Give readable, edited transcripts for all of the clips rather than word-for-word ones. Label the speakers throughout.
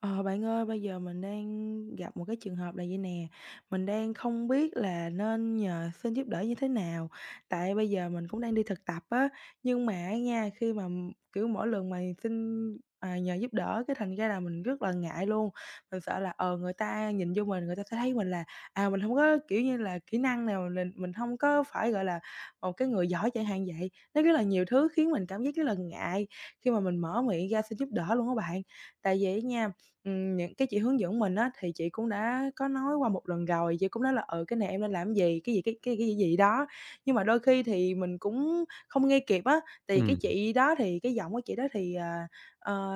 Speaker 1: Ờ, bạn ơi, bây giờ mình đang gặp một cái trường hợp là vậy nè, mình đang không biết là nên nhờ xin giúp đỡ như thế nào. Tại bây giờ mình cũng đang đi thực tập á, nhưng mà á nha, khi mà, kiểu, mỗi lần mà xin, à, nhờ giúp đỡ cái thành ra là mình rất là ngại luôn. Mình sợ là, người ta nhìn vô mình, người ta sẽ thấy mình là, à, mình không có, kiểu như là, kỹ năng nào, mình không có phải, gọi là, một cái người giỏi chẳng hạn vậy. Nó rất là nhiều thứ khiến mình cảm giác rất là ngại khi mà mình mở miệng ra xin giúp đỡ luôn các bạn. Tại vì á nha. Những cái chị hướng dẫn mình á, thì chị cũng đã có nói qua một lần rồi, chị cũng nói là "Ừ, cái này em nên làm cái gì, cái gì cái gì đó." Nhưng mà đôi khi thì mình cũng không nghe kịp á, thì cái
Speaker 2: Ừm,
Speaker 1: chị đó thì cái giọng của chị đó thì, à, ờ,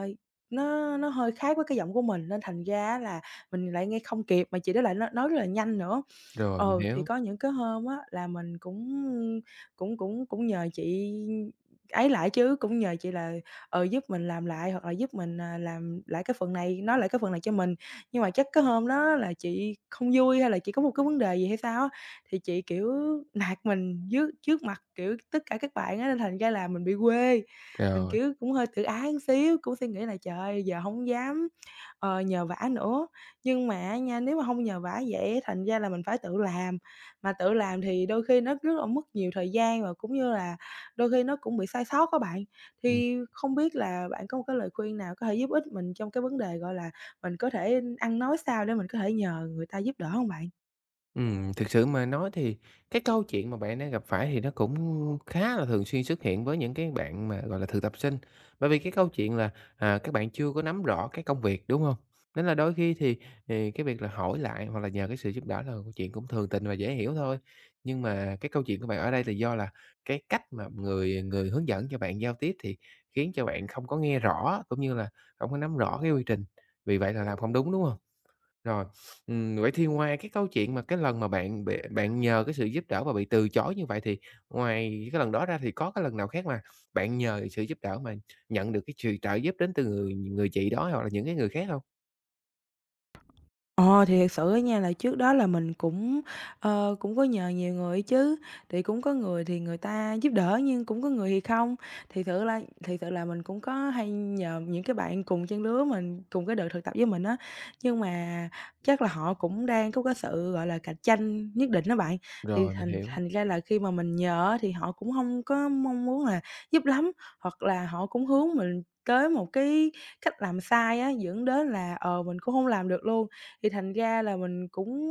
Speaker 1: nó hơi khác với cái giọng của mình, nên thành ra là mình lại nghe không kịp, mà chị đó lại nói rất là nhanh nữa.
Speaker 2: Rồi, mình
Speaker 1: Ừ, thì
Speaker 2: hiểu.
Speaker 1: có những cái hôm á là mình cũng cũng cũng cũng nhờ chị ấy lại chứ, cũng nhờ chị là, giúp mình làm lại hoặc là giúp mình, à, làm lại cái phần này, nói lại cái phần này cho mình. Nhưng mà chắc cái hôm đó là chị không vui hay là chị có một cái vấn đề gì hay sao á, thì chị, kiểu, nạt mình trước trước mặt, kiểu, tất cả các bạn á, nên thành ra là mình bị quê. Mình,
Speaker 2: Rồi,
Speaker 1: kiểu, cũng hơi tự ái một xíu, cũng suy nghĩ là "Trời giờ không dám, nhờ vả nữa." Nhưng mà á nha, nếu mà hông nhờ vả vậy á, thành ra là mình phải tự làm, mà tự làm thì đôi khi nó rất là mất nhiều thời gian và cũng như là đôi khi nó cũng bị sai sót á bạn.
Speaker 2: ừm,
Speaker 1: Thì không biết là bạn có một cái lời khuyên nào có thể giúp ích mình trong cái vấn đề, gọi là, mình có thể ăn nói sao để mình có thể nhờ người ta giúp đỡ hông bạn?
Speaker 2: thực sự mà nói thì cái câu chuyện mà bạn đang gặp phải thì nó cũng khá là thường xuyên xuất hiện với những cái bạn mà, gọi là, thực tập sinh. Bởi vì cái câu chuyện là, các bạn chưa có nắm rõ cái công việc, đúng hông? Nên là đôi khi thì cái việc là hỏi lại hoặc là nhờ cái sự giúp đỡ là câu chuyện cũng thường tình và dễ hiểu thôi. Nhưng mà cái câu chuyện của bạn ở đây là do là cái cách mà người người hướng dẫn cho bạn giao tiếp thì khiến cho bạn không có nghe rõ, cũng như là hổng có nắm rõ cái quy trình, vì vậy là làm không đúng, đúng hông? Rồi, vậy thì ngoài cái câu chuyện mà cái lần mà bạn bị bạn nhờ cái sự giúp đỡ và bị từ chối như vậy thì ngoài cái lần đó ra thì có cái lần nào khác mà bạn nhờ sự giúp đỡ mà nhận được cái sự trợ giúp đến từ người người chị đó hoặc là những cái người khác hông?
Speaker 1: Ờ, thì thật sự á nha là trước đó là mình cũng, cũng có nhờ nhiều người ấy chứ, thì cũng có người thì người ta giúp đỡ nhưng cũng có người thì không. Thì sự là mình cũng có hay nhờ những cái bạn cùng trang lứa mình, cùng cái đợt thực tập với mình á, nhưng mà chắc là họ cũng đang có cái sự, gọi là, cạnh tranh nhất định đó bạn, thì
Speaker 2: Rồi, mình
Speaker 1: thành
Speaker 2: hiểu.
Speaker 1: thành ra là khi mà mình nhờ á thì họ cũng không có mong muốn là giúp lắm, hoặc là họ cũng hướng mình tới một cái cách làm sai á, dẫn đến là, mình cũng không làm được luôn. Thì thành ra là mình cũng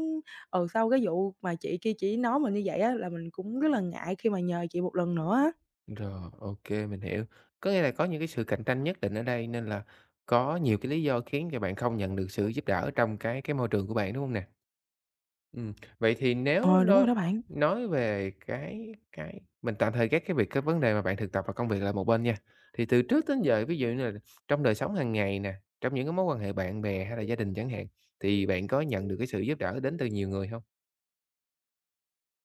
Speaker 1: sau cái vụ mà chị kia chỉ nói mình như vậy á, là mình cũng rất là ngại khi mà nhờ chị một lần nữa á.
Speaker 2: Rồi, OK, mình hiểu. Có nghĩa là có những cái sự cạnh tranh nhất định ở đây nên là có nhiều cái lý do khiến cho bạn không nhận được sự giúp đỡ trong cái môi trường của bạn, đúng hông nè? Ừm, Vậy thì nếu
Speaker 1: Ờ, đúng
Speaker 2: nói
Speaker 1: rồi đó bạn.
Speaker 2: nói về cái mình tạm thời gác cái việc cái vấn đề mà bạn thực tập và công việc lại một bên nha. Thì từ trước đến giờ, ví dụ như là trong đời sống hàng ngày nè, trong những cái mối quan hệ bạn bè hay là gia đình chẳng hạn, thì bạn có nhận được cái sự giúp đỡ đến từ nhiều người hông?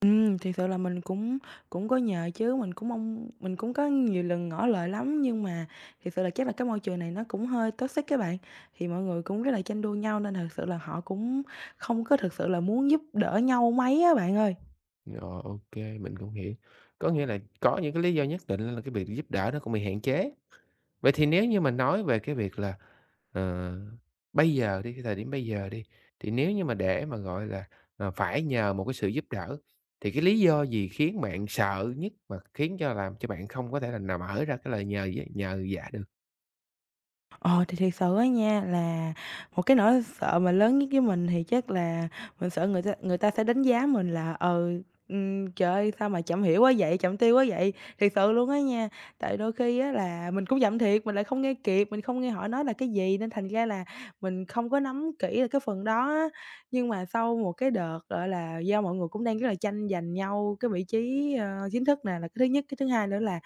Speaker 1: Thiệt sự là mình cũng cũng có nhờ chứ, mình cũng có nhiều lần ngỏ lời lắm, nhưng mà thiệt sự là chắc là cái môi trường này nó cũng hơi toxic các bạn, thì mọi người cũng rất là tranh đua nhau nên thật sự là họ cũng không có thực sự là muốn giúp đỡ nhau mấy á bạn ơi.
Speaker 2: Rồi, ô kê, mình cũng hiểu. Có nghĩa là có những cái lý do nhất định là cái việc giúp đỡ nó cũng bị hạn chế. Vậy thì nếu như mà nói về cái việc là Ờ, bây giờ đi, cái thời điểm bây giờ đi, thì nếu như mà để mà, gọi là, phải nhờ một cái sự giúp đỡ, thì cái lý do gì khiến bạn sợ nhất mà khiến cho làm cho bạn không có thể là nào mở ra cái lời nhờ dạ nhờ vả được?
Speaker 1: Ờ, thì thiệt sự á nha là một cái nỗi sợ mà lớn nhất với mình thì chắc là mình sợ người ta sẽ đánh giá mình là, "Trời ơi, sao mà chậm hiểu quá vậy, chậm tiêu quá vậy?" Thiệt sự luôn á nha, tại đôi khi á là mình cũng chậm thiệt, mình lại không nghe kịp, mình không nghe họ nói là cái gì nên thành ra là mình không có nắm kỹ là cái phần đó á. Nhưng mà sau một cái đợt, gọi là, do mọi người cũng đang rất là tranh giành nhau cái vị trí, chính thức nè, là cái thứ nhất. Cái thứ hai nữa là,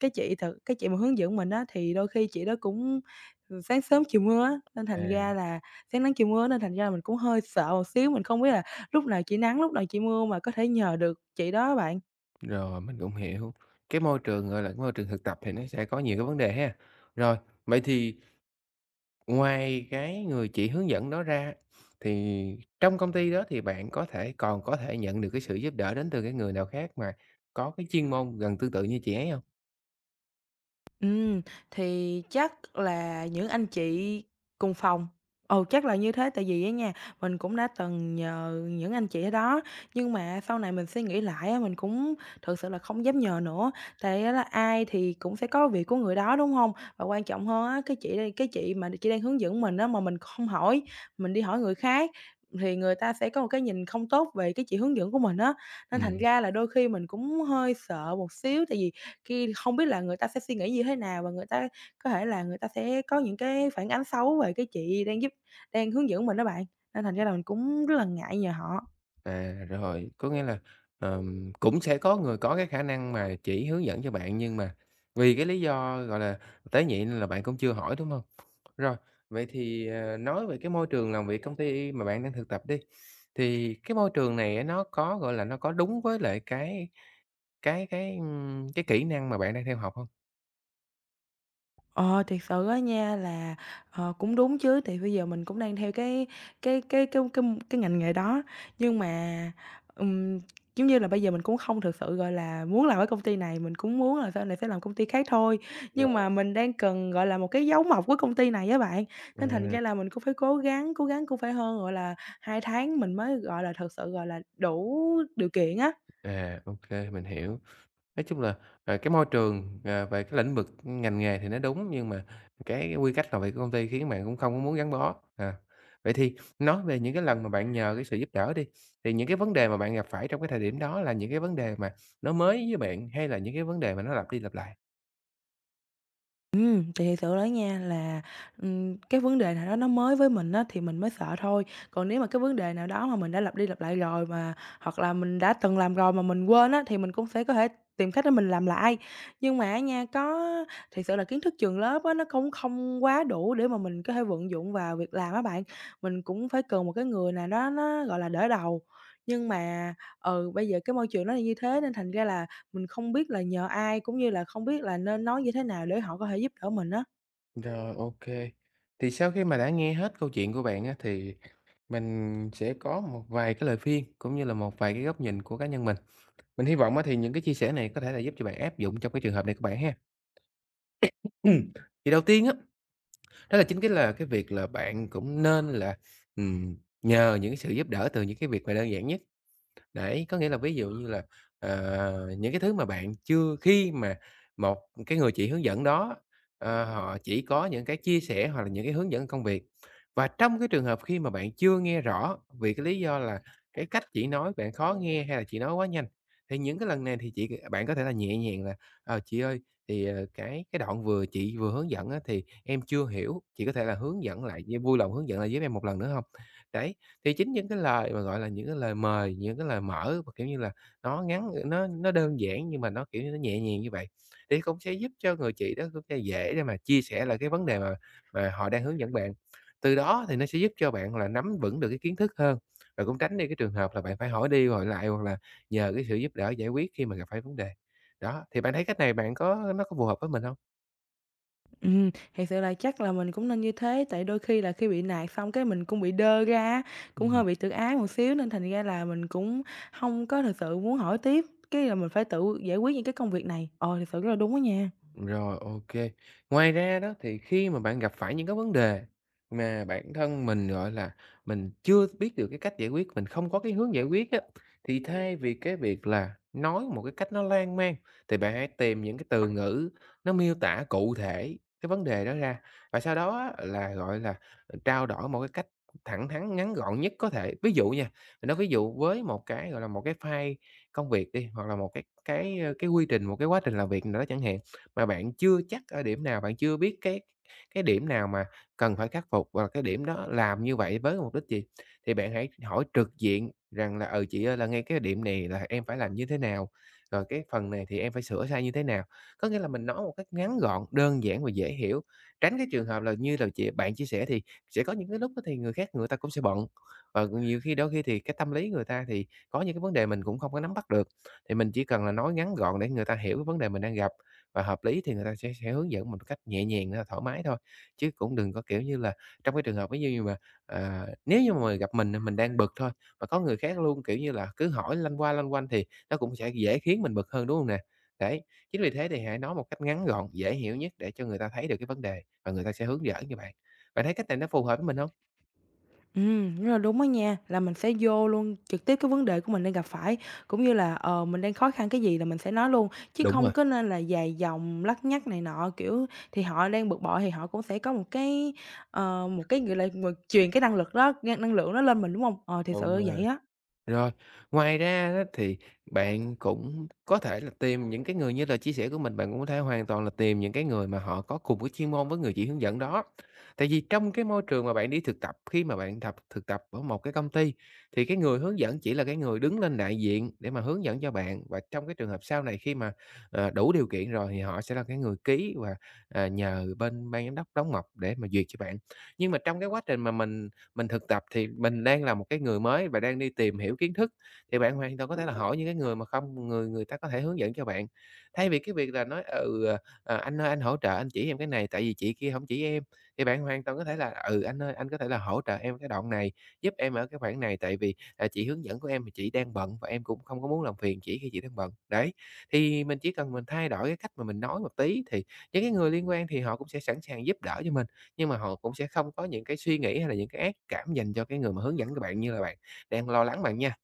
Speaker 1: cái chị mà hướng dẫn mình á, thì đôi khi chị đó cũng, sáng sớm chiều mưa á, nên thành
Speaker 2: À.
Speaker 1: ra là sáng nắng chiều mưa nên thành ra là mình cũng hơi sợ một xíu, mình không biết là lúc nào chị nắng, lúc nào chị mưa mà có thể nhờ được chị đó á bạn.
Speaker 2: Rồi, mình cũng hiểu. Cái môi trường, gọi là, cái môi trường thực tập thì nó sẽ có nhiều cái vấn đề ha. Rồi, vậy thì ngoài cái người chị hướng dẫn đó ra, thì trong công ty đó thì bạn có thể còn có thể nhận được cái sự giúp đỡ đến từ cái người nào khác mà có cái chuyên môn gần tương tự như chị ấy không?
Speaker 1: Ừ, thì chắc là những anh chị cùng phòng. Ồ chắc là như thế, tại vì á nha, mình cũng đã từng nhờ những anh chị ở đó, nhưng mà sau này mình suy nghĩ lại á, mình cũng thực sự là không dám nhờ nữa, tại á là ai thì cũng sẽ có việc của người đó, đúng không? Và quan trọng hơn á, cái chị mà chị đang hướng dẫn mình á, mà mình không hỏi, mình đi hỏi người khác thì người ta sẽ có một cái nhìn không tốt về cái chị hướng dẫn của mình á, nên thành
Speaker 2: Ừm,
Speaker 1: ra là đôi khi mình cũng hơi sợ một xíu, tại vì khi không biết là người ta sẽ suy nghĩ như thế nào và người ta có thể là người ta sẽ có những cái phản ánh xấu về cái chị đang hướng dẫn mình đó bạn, nên thành ra là mình cũng rất là ngại nhờ họ.
Speaker 2: À, rồi, có nghĩa là, cũng sẽ có người có cái khả năng mà chỉ hướng dẫn cho bạn, nhưng mà vì cái lý do, gọi là, tế nhị nên là bạn cũng chưa hỏi, đúng hông? Rồi, vậy thì, nói về cái môi trường làm việc công ty mà bạn đang thực tập đi, thì cái môi trường này á nó có, gọi là, nó có đúng với lại cái kỹ năng mà bạn đang theo học hông?
Speaker 1: Ờ, thiệt sự á nha là, cũng đúng chứ, thì bây giờ mình cũng đang theo cái cái cái cái cái ngành nghề đó. Nhưng mà, ừm, giống như là, bây giờ mình cũng không thực sự, gọi là, muốn làm ở công ty này, mình cũng muốn là sau này sẽ làm công ty khác thôi. Nhưng mà
Speaker 2: Rồi.
Speaker 1: mình đang cần, gọi là, một cái dấu mộc của công ty này á bạn, nên thành
Speaker 2: À,
Speaker 1: ra là mình cũng phải cố gắng cũng phải hơn, gọi là, 2 tháng mình mới, gọi là, thực sự, gọi là, đủ điều kiện á.
Speaker 2: à, ô kê, mình hiểu. Nói chung là, cái môi trường, về cái lĩnh vực ngành nghề thì nó đúng, nhưng mà cái quy cách làm việc của công ty khiến bạn cũng không có muốn gắn bó. À, vậy thì nói về những cái lần mà bạn nhờ cái sự giúp đỡ đi, thì những cái vấn đề mà bạn gặp phải trong cái thời điểm đó là những cái vấn đề mà nó mới với bạn, hay là những cái vấn đề mà nó lặp đi lặp lại?
Speaker 1: Thì thiệt sự đó nha là, cái vấn đề nào đó nó mới với mình á thì mình mới sợ thôi, còn nếu mà cái vấn đề nào đó mà mình đã lặp đi lặp lại rồi mà hoặc là mình đã từng làm rồi mà mình quên á, thì mình cũng sẽ có thể tìm cách để mình làm lại. Nhưng mà á nha, thiệt sự là kiến thức trường lớp á, nó cũng không quá đủ để mà mình có thể vận dụng vào việc làm á bạn. Mình cũng phải cần một cái người nào đó nó, gọi là, đỡ đầu, nhưng mà, bây giờ cái môi trường nó là như thế nên thành ra là mình không biết là nhờ ai, cũng như là không biết là nên nói như thế nào để họ có thể giúp đỡ mình á.
Speaker 2: Rồi, OK. Thì sau khi mà đã nghe hết câu chuyện của bạn á, thì mình sẽ có một vài cái lời khuyên, cũng như là một vài cái góc nhìn của cá nhân mình. Mình hy vọng á thì những cái chia sẻ này có thể là giúp cho bạn áp dụng trong cái trường hợp này của bạn ha. Ừm, thì đầu tiên á, đó là chính cái là cái việc là bạn cũng nên là, ừm, nhờ những cái sự giúp đỡ từ những cái việc mà đơn giản nhất. Đấy, có nghĩa là ví dụ như là, những cái thứ mà bạn chưa khi mà một cái người chỉ hướng dẫn đó, họ chỉ có những cái chia sẻ hoặc là những cái hướng dẫn công việc. Và trong cái trường hợp khi mà bạn chưa nghe rõ vì cái lý do là cái cách chị nói bạn khó nghe hay là chị nói quá nhanh, thì những cái lần này thì chị bạn có thể là nhẹ nhàng là Chị ơi, thì, cái đoạn vừa chị vừa hướng dẫn á thì em chưa hiểu, chị có thể là hướng dẫn lại, vui lòng hướng dẫn lại giúp em một lần nữa không?" Đấy, thì chính những cái lời mà, gọi là, những cái lời mời, những cái lời mở mà, kiểu như là, nó ngắn nó đơn giản nhưng mà nó, kiểu như, nó nhẹ nhàng như vậy, thì cũng sẽ giúp cho người chị đó cũng sẽ dễ để mà chia sẻ lại cái vấn đề mà họ đang hướng dẫn bạn. Từ đó thì nó sẽ giúp cho bạn là nắm vững được cái kiến thức hơn, và cũng tránh đi cái trường hợp là bạn phải hỏi đi hỏi lại hoặc là nhờ cái sự giúp đỡ giải quyết khi mà gặp phải vấn đề. Đó, thì bạn thấy cách này bạn có nó có phù hợp với mình không?
Speaker 1: Thiệt sự là chắc là mình cũng nên như thế, tại đôi khi là khi bị nạt xong cái mình cũng bị đơ ra á, cũng
Speaker 2: Ừm.
Speaker 1: hơi bị tự ái một xíu nên thành ra là mình cũng không có thật sự muốn hỏi tiếp, cái là mình phải tự giải quyết những cái công việc này. Ờ, thật sự rất là đúng á nha.
Speaker 2: Rồi, OK. Ngoài ra đó, thì khi mà bạn gặp phải những cái vấn đề mà bản thân mình, gọi là, mình chưa biết được cái cách giải quyết, mình không có cái hướng giải quyết á, thì thay vì cái việc là nói một cái cách nó lan man, thì bạn hãy tìm những cái từ ngữ nó miêu tả cụ thể cái vấn đề đó ra. Và sau đó á là, gọi là, trao đổi một cái cách thẳng thắn, ngắn gọn nhất có thể. Ví dụ nha, mình nói ví dụ với một cái, gọi là, một cái file công việc đi, hoặc là một cái quy trình, một cái quá trình làm việc nào đó chẳng hạn, mà bạn chưa chắc ở điểm nào, bạn chưa biết cái điểm nào mà cần phải khắc phục và cái điểm đó làm như vậy với mục đích gì, thì bạn hãy hỏi trực diện rằng là "Ừ, chị ơi là ngay cái điểm này là em phải làm như thế nào? Rồi cái phần này thì em phải sửa sai như thế nào?" Có nghĩa là mình nói một cách ngắn gọn, đơn giản và dễ hiểu, tránh cái trường hợp là như là chị bạn chia sẻ thì sẽ có những cái lúc đó thì người khác người ta cũng sẽ bận, và nhiều khi đôi khi thì cái tâm lý người ta thì có những cái vấn đề mình cũng không có nắm bắt được, thì mình chỉ cần là nói ngắn gọn để người ta hiểu cái vấn đề mình đang gặp và hợp lý thì người ta sẽ hướng dẫn mình một cách nhẹ nhàng, thoải mái thôi. Chứ cũng đừng có, kiểu như là, trong cái trường hợp ví dụ như mà, nếu như mà gặp mình, mình đang bực thôi, mà có người khác luôn, kiểu như là, cứ hỏi loanh qua, loanh quanh thì nó cũng sẽ dễ khiến mình bực hơn, đúng không nè? Đấy, chính vì thế thì hãy nói một cách ngắn gọn, dễ hiểu nhất để cho người ta thấy được cái vấn đề và người ta sẽ hướng dẫn cho bạn. Bạn thấy cách này nó phù hợp với mình không?
Speaker 1: Rất là đúng đó nha, là mình sẽ vô luôn trực tiếp cái vấn đề của mình đang gặp phải, cũng như là, mình đang khó khăn cái gì là mình sẽ nói luôn, chứ
Speaker 2: Đúng rồi,
Speaker 1: không có nên là dài dòng, lắt nhắt này nọ, kiểu, thì họ đang bực bội thì họ cũng sẽ có một cái, một cái, gọi là, truyền cái năng lực đó, năng năng lượng đó lên mình, đúng không? Ờ, thì
Speaker 2: đúng
Speaker 1: sự vậy
Speaker 2: rồi.
Speaker 1: á.
Speaker 2: Rồi, ngoài ra đó thì bạn cũng có thể là tìm những cái người như là chia sẻ của mình, bạn cũng có thể hoàn toàn là tìm những cái người mà họ có cùng cái chuyên môn với người chỉ hướng dẫn đó. Tại vì trong cái môi trường mà bạn đi thực tập, khi mà bạn thực tập ở một cái công ty thì cái người hướng dẫn chỉ là cái người đứng lên đại diện để mà hướng dẫn cho bạn và trong cái trường hợp sau này khi mà, đủ điều kiện rồi thì họ sẽ là cái người ký và, nhờ bên ban giám đốc đóng mộc để mà duyệt cho bạn. Nhưng mà trong cái quá trình mà mình thực tập thì mình đang là một cái người mới và đang đi tìm hiểu kiến thức, thì bạn hoàn toàn có thể là hỏi những cái người mà không người người ta có thể hướng dẫn cho bạn. Thay vì cái việc là nói, "Anh ơi, anh hỗ trợ anh chỉ em cái này, tại vì chị kia không chỉ em." Thì bạn hoàn toàn có thể là "Ừ, anh ơi, anh có thể là hỗ trợ em cái đoạn này, giúp em ở cái khoảng này, tại vì, chị hướng dẫn của em thì chị đang bận và em cũng không có muốn làm phiền chị khi chị đang bận." Đấy, thì mình chỉ cần mình thay đổi cái cách mà mình nói một tí thì những cái người liên quan thì họ cũng sẽ sẵn sàng giúp đỡ cho mình. Nhưng mà họ cũng sẽ không có những cái suy nghĩ hay là những cái ác cảm dành cho cái người mà hướng dẫn các bạn như là bạn đang lo lắng bạn nha.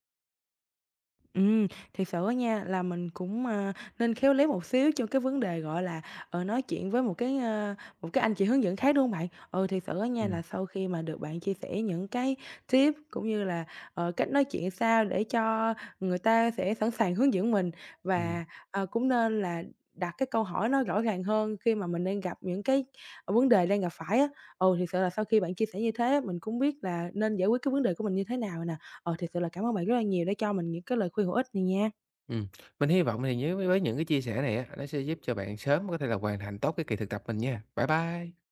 Speaker 1: ừ Thiệt sự á nha, là mình cũng, nên khéo léo một xíu cho cái vấn đề, gọi là, nói chuyện với một cái, một cái anh chị hướng dẫn khác, đúng hông bạn? Ừ, thiệt sự á nha,
Speaker 2: Ừm.
Speaker 1: là sau khi mà được bạn chia sẻ những cái tip cũng như là, cách nói chuyện sao để cho người ta sẽ sẵn sàng hướng dẫn mình
Speaker 2: Ừm.
Speaker 1: và, cũng nên là đặt cái câu hỏi nó rõ ràng hơn khi mà mình đang gặp những cái, vấn đề đang gặp phải á. Ừ, thiệt sự là sau khi bạn chia sẻ như thế mình cũng biết là nên giải quyết cái vấn đề của mình như thế nào nè. Ờ, thiệt sự là cảm ơn bạn rất là nhiều đã cho mình những cái lời khuyên hữu ích này nha.
Speaker 2: ừm, mình hy vọng thì nhớ với những cái chia sẻ này á, nó sẽ giúp cho bạn sớm có thể là hoàn thành tốt cái kỳ thực tập mình nha. Bye bye.